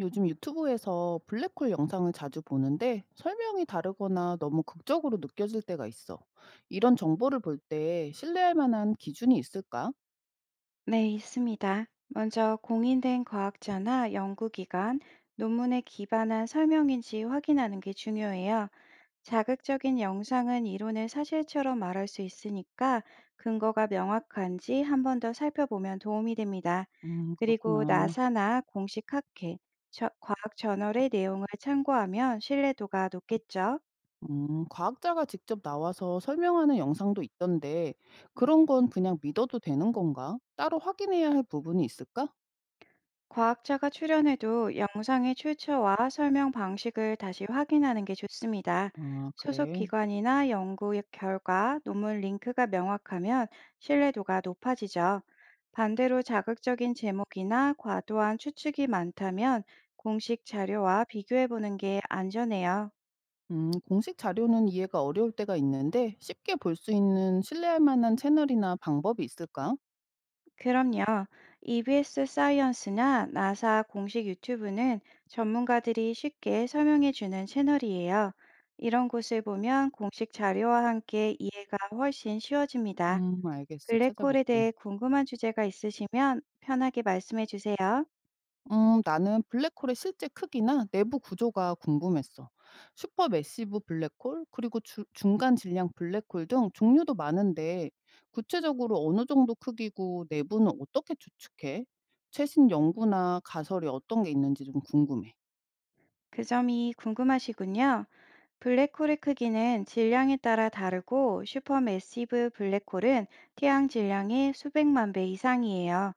요즘 유튜브에서 블랙홀 영상을 자주 보는데 설명이 다르거나 너무 극적으로 느껴질 때가 있어. 이런 정보를 볼 때 신뢰할 만한 기준이 있을까? 네, 있습니다. 먼저 공인된 과학자나 연구기관, 논문에 기반한 설명인지 확인하는 게 중요해요. 자극적인 영상은 이론을 사실처럼 말할 수 있으니까 근거가 명확한지 한번 더 살펴보면 도움이 됩니다. 그리고 그렇구나. 나사나 공식 학회, 과학 저널의 내용을 참고하면 신뢰도가 높겠죠. 과학자가 직접 나와서 설명하는 영상도 있던데 그런 건 그냥 믿어도 되는 건가? 따로 확인해야 할 부분이 있을까? 과학자가 출연해도 영상의 출처와 설명 방식을 다시 확인하는 게 좋습니다. 아, 소속 그래. 기관이나 연구 결과, 논문 링크가 명확하면 신뢰도가 높아지죠. 반대로 자극적인 제목이나 과도한 추측이 많다면 공식 자료와 비교해 보는 게 안전해요. 공식 자료는 이해가 어려울 때가 있는데 쉽게 볼 수 있는 신뢰할 만한 채널이나 방법이 있을까? 그럼요. EBS 사이언스나 나사 공식 유튜브는 전문가들이 쉽게 설명해 주는 채널이에요. 이런 곳을 보면 공식 자료와 함께 이해가 훨씬 쉬워집니다. 알겠어. 블랙홀에 찾아볼게. 대해 궁금한 주제가 있으시면 편하게 말씀해 주세요. 나는 블랙홀의 실제 크기나 내부 구조가 궁금했어. 슈퍼 매시브 블랙홀, 그리고 중간 질량 블랙홀 등 종류도 많은데 구체적으로 어느 정도 크기고 내부는 어떻게 추측해? 최신 연구나 가설이 어떤 게 있는지 좀 궁금해. 그 점이 궁금하시군요. 블랙홀의 크기는 질량에 따라 다르고 슈퍼매시브 블랙홀은 태양 질량의 수백만 배 이상이에요.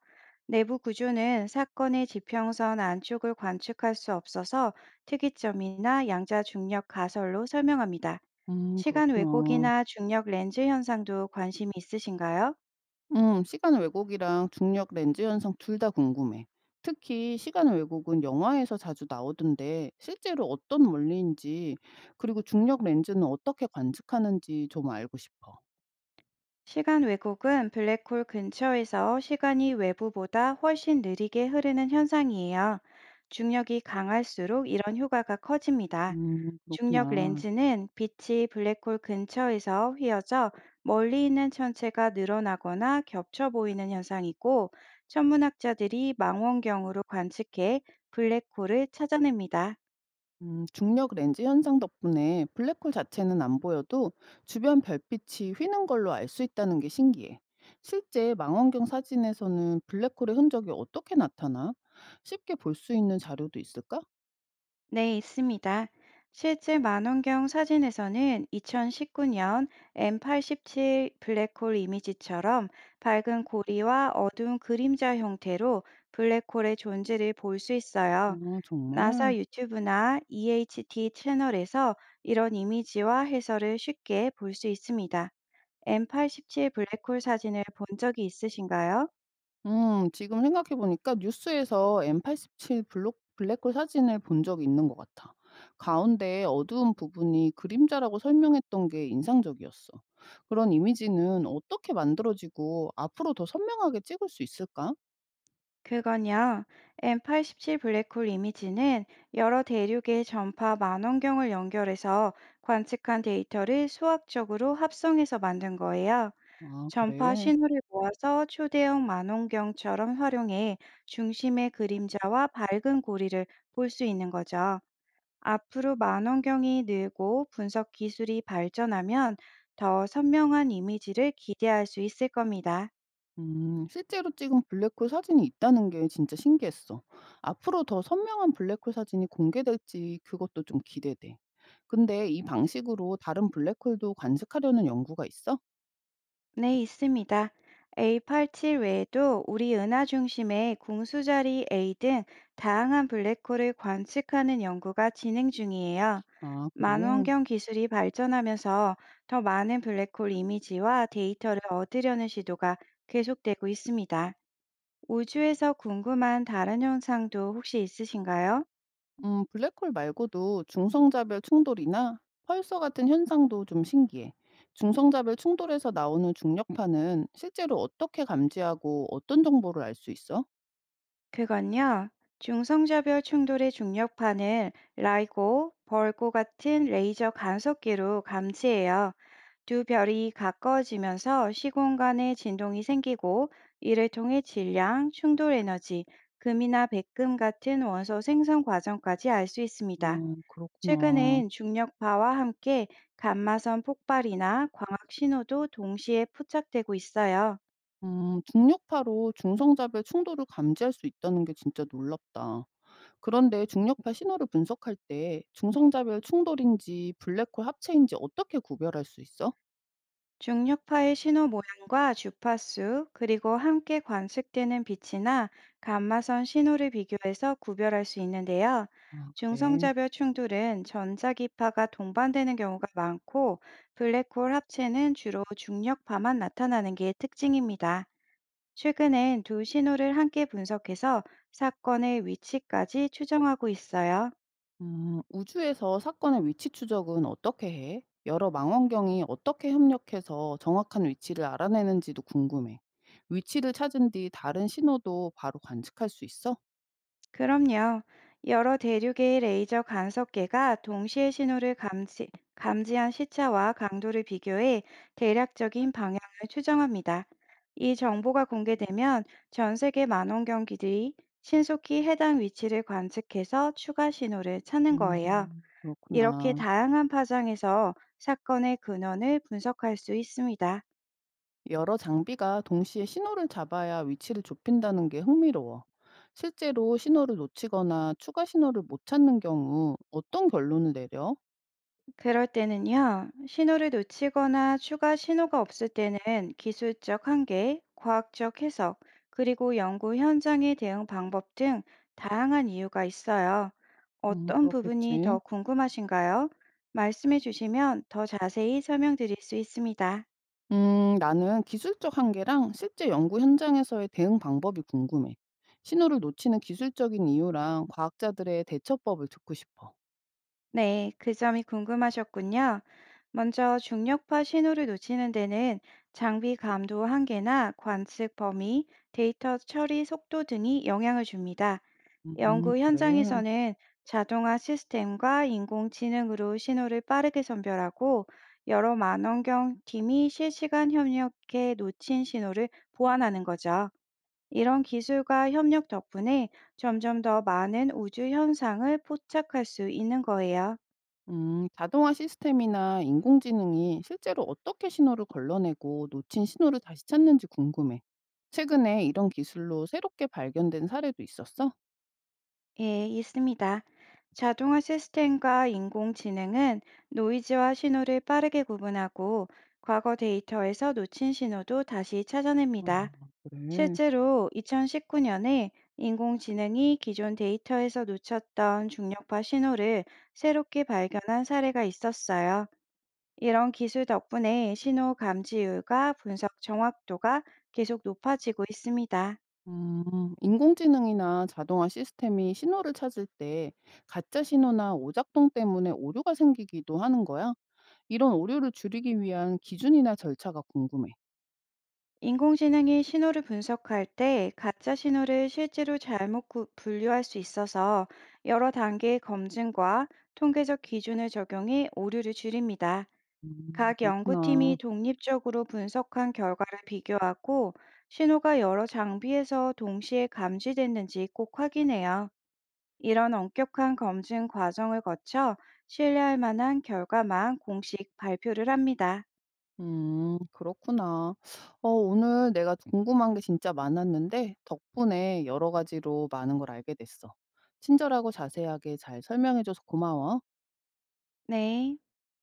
내부 구조는 사건의 지평선 안쪽을 관측할 수 없어서 특이점이나 양자 중력 가설로 설명합니다. 시간 그렇구나. 왜곡이나 중력 렌즈 현상도 관심이 있으신가요? 시간 왜곡이랑 중력 렌즈 현상 둘 다 궁금해. 특히 시간 왜곡은 영화에서 자주 나오던데 실제로 어떤 원리인지, 그리고 중력 렌즈는 어떻게 관측하는지 좀 알고 싶어. 시간 왜곡은 블랙홀 근처에서 시간이 외부보다 훨씬 느리게 흐르는 현상이에요. 중력이 강할수록 이런 효과가 커집니다. 중력 그렇구나. 렌즈는 빛이 블랙홀 근처에서 휘어져 멀리 있는 천체가 늘어나거나 겹쳐 보이는 현상이고, 천문학자들이 망원경으로 관측해 블랙홀을 찾아냅니다. 중력 렌즈 현상 덕분에 블랙홀 자체는 안 보여도 주변 별빛이 휘는 걸로 알 수 있다는 게 신기해. 실제 망원경 사진에서는 블랙홀의 흔적이 어떻게 나타나? 쉽게 볼 수 있는 자료도 있을까? 네, 있습니다. 실제 망원경 사진에서는 2019년 M87 블랙홀 이미지처럼 밝은 고리와 어두운 그림자 형태로 블랙홀의 존재를 볼 수 있어요. 아, 정말. 나사 유튜브나 EHT 채널에서 이런 이미지와 해설을 쉽게 볼 수 있습니다. M87 블랙홀 사진을 본 적이 있으신가요? 지금 생각해 보니까 뉴스에서 M87 블록 블랙홀 사진을 본 적이 있는 것 같아. 가운데 어두운 부분이 그림자라고 설명했던 게 인상적이었어. 그런 이미지는 어떻게 만들어지고 앞으로 더 선명하게 찍을 수 있을까? 그건요, M87 블랙홀 이미지는 여러 대륙의 전파 만원경을 연결해서 관측한 데이터를 수학적으로 합성해서 만든 거예요. 아, 전파 그래. 신호를 모아서 초대형 만원경처럼 활용해 중심의 그림자와 밝은 고리를 볼 수 있는 거죠. 앞으로 만원경이 늘고 분석 기술이 발전하면 더 선명한 이미지를 기대할 수 있을 겁니다. 실제로 찍은 블랙홀 사진이 있다는 게 진짜 신기했어. 앞으로 더 선명한 블랙홀 사진이 공개될지 그것도 좀 기대돼. 근데 이 방식으로 다른 블랙홀도 관측하려는 연구가 있어? 네, 있습니다. A87 외에도 우리 은하 중심의 궁수자리 A 등 다양한 블랙홀을 관측하는 연구가 진행 중이에요. 아, 그래? 만원경 기술이 발전하면서 더 많은 블랙홀 이미지와 데이터를 얻으려는 시도가 계속되고 있습니다. 우주에서 궁금한 다른 현상도 혹시 있으신가요? 블랙홀 말고도 중성자별 충돌이나 펄서 같은 현상도 좀 신기해. 중성자별 충돌에서 나오는 중력파는 실제로 어떻게 감지하고 어떤 정보를 알 수 있어? 그건요, 중성자별 충돌의 중력파는 라이고, 벌고 같은 레이저 간섭기로 감지해요. 두 별이 가까워지면서 시공간에 진동이 생기고, 이를 통해 질량, 충돌 에너지, 금이나 백금 같은 원소 생성 과정까지 알 수 있습니다. 그렇구나. 최근엔 중력파와 함께 감마선 폭발이나 광학 신호도 동시에 포착되고 있어요. 중력파로 중성자별 충돌을 감지할 수 있다는 게 진짜 놀랍다. 그런데 중력파 신호를 분석할 때 중성자별 충돌인지 블랙홀 합체인지 어떻게 구별할 수 있어? 중력파의 신호 모양과 주파수, 그리고 함께 관측되는 빛이나 감마선 신호를 비교해서 구별할 수 있는데요. 아, 그래. 중성자별 충돌은 전자기파가 동반되는 경우가 많고, 블랙홀 합체는 주로 중력파만 나타나는 게 특징입니다. 최근엔 두 신호를 함께 분석해서 사건의 위치까지 추정하고 있어요. 우주에서 사건의 위치 추적은 어떻게 해? 여러 망원경이 어떻게 협력해서 정확한 위치를 알아내는지도 궁금해. 위치를 찾은 뒤 다른 신호도 바로 관측할 수 있어? 그럼요. 여러 대륙의 레이저 간섭계가 동시에 신호를 감지, 감지한 시차와 강도를 비교해 대략적인 방향을 추정합니다. 이 정보가 공개되면 전 세계 만원경기들이 신속히 해당 위치를 관측해서 추가 신호를 찾는 거예요. 이렇게 그렇구나. 다양한 파장에서 사건의 근원을 분석할 수 있습니다. 여러 장비가 동시에 신호를 잡아야 위치를 좁힌다는 게 흥미로워. 실제로 신호를 놓치거나 추가 신호를 못 찾는 경우 어떤 결론을 내려? 그럴 때는요, 신호를 놓치거나 추가 신호가 없을 때는 기술적 한계, 과학적 해석, 그리고 연구 현장의 대응 방법 등 다양한 이유가 있어요. 어떤 부분이 그렇겠지. 더 궁금하신가요? 말씀해 주시면 더 자세히 설명드릴 수 있습니다. 나는 기술적 한계랑 실제 연구 현장에서의 대응 방법이 궁금해. 신호를 놓치는 기술적인 이유랑 과학자들의 대처법을 듣고 싶어. 네, 그 점이 궁금하셨군요. 먼저 중력파 신호를 놓치는 데는 장비 감도 한계나 관측 범위, 데이터 처리 속도 등이 영향을 줍니다. 연구 그래. 현장에서는 자동화 시스템과 인공지능으로 신호를 빠르게 선별하고 여러 만원경 팀이 실시간 협력해 놓친 신호를 보완하는 거죠. 이런 기술과 협력 덕분에 점점 더 많은 우주 현상을 포착할 수 있는 거예요. 자동화 시스템이나 인공지능이 실제로 어떻게 신호를 걸러내고 놓친 신호를 다시 찾는지 궁금해. 최근에 이런 기술로 새롭게 발견된 사례도 있었어? 예, 있습니다. 자동화 시스템과 인공지능은 노이즈와 신호를 빠르게 구분하고 과거 데이터에서 놓친 신호도 다시 찾아냅니다. 아, 그래. 실제로 2019년에 인공지능이 기존 데이터에서 놓쳤던 중력파 신호를 새롭게 발견한 사례가 있었어요. 이런 기술 덕분에 신호 감지율과 분석 정확도가 계속 높아지고 있습니다. 인공지능이나 자동화 시스템이 신호를 찾을 때 가짜 신호나 오작동 때문에 오류가 생기기도 하는 거야? 이런 오류를 줄이기 위한 기준이나 절차가 궁금해. 인공지능이 신호를 분석할 때 가짜 신호를 실제로 잘못 분류할 수 있어서 여러 단계의 검증과 통계적 기준을 적용해 오류를 줄입니다. 각 연구팀이 그렇구나. 독립적으로 분석한 결과를 비교하고 신호가 여러 장비에서 동시에 감지됐는지 꼭 확인해요. 이런 엄격한 검증 과정을 거쳐 신뢰할 만한 결과만 공식 발표를 합니다. 그렇구나. 오늘 내가 궁금한 게 진짜 많았는데 덕분에 여러 가지로 많은 걸 알게 됐어. 친절하고 자세하게 잘 설명해줘서 고마워. 네.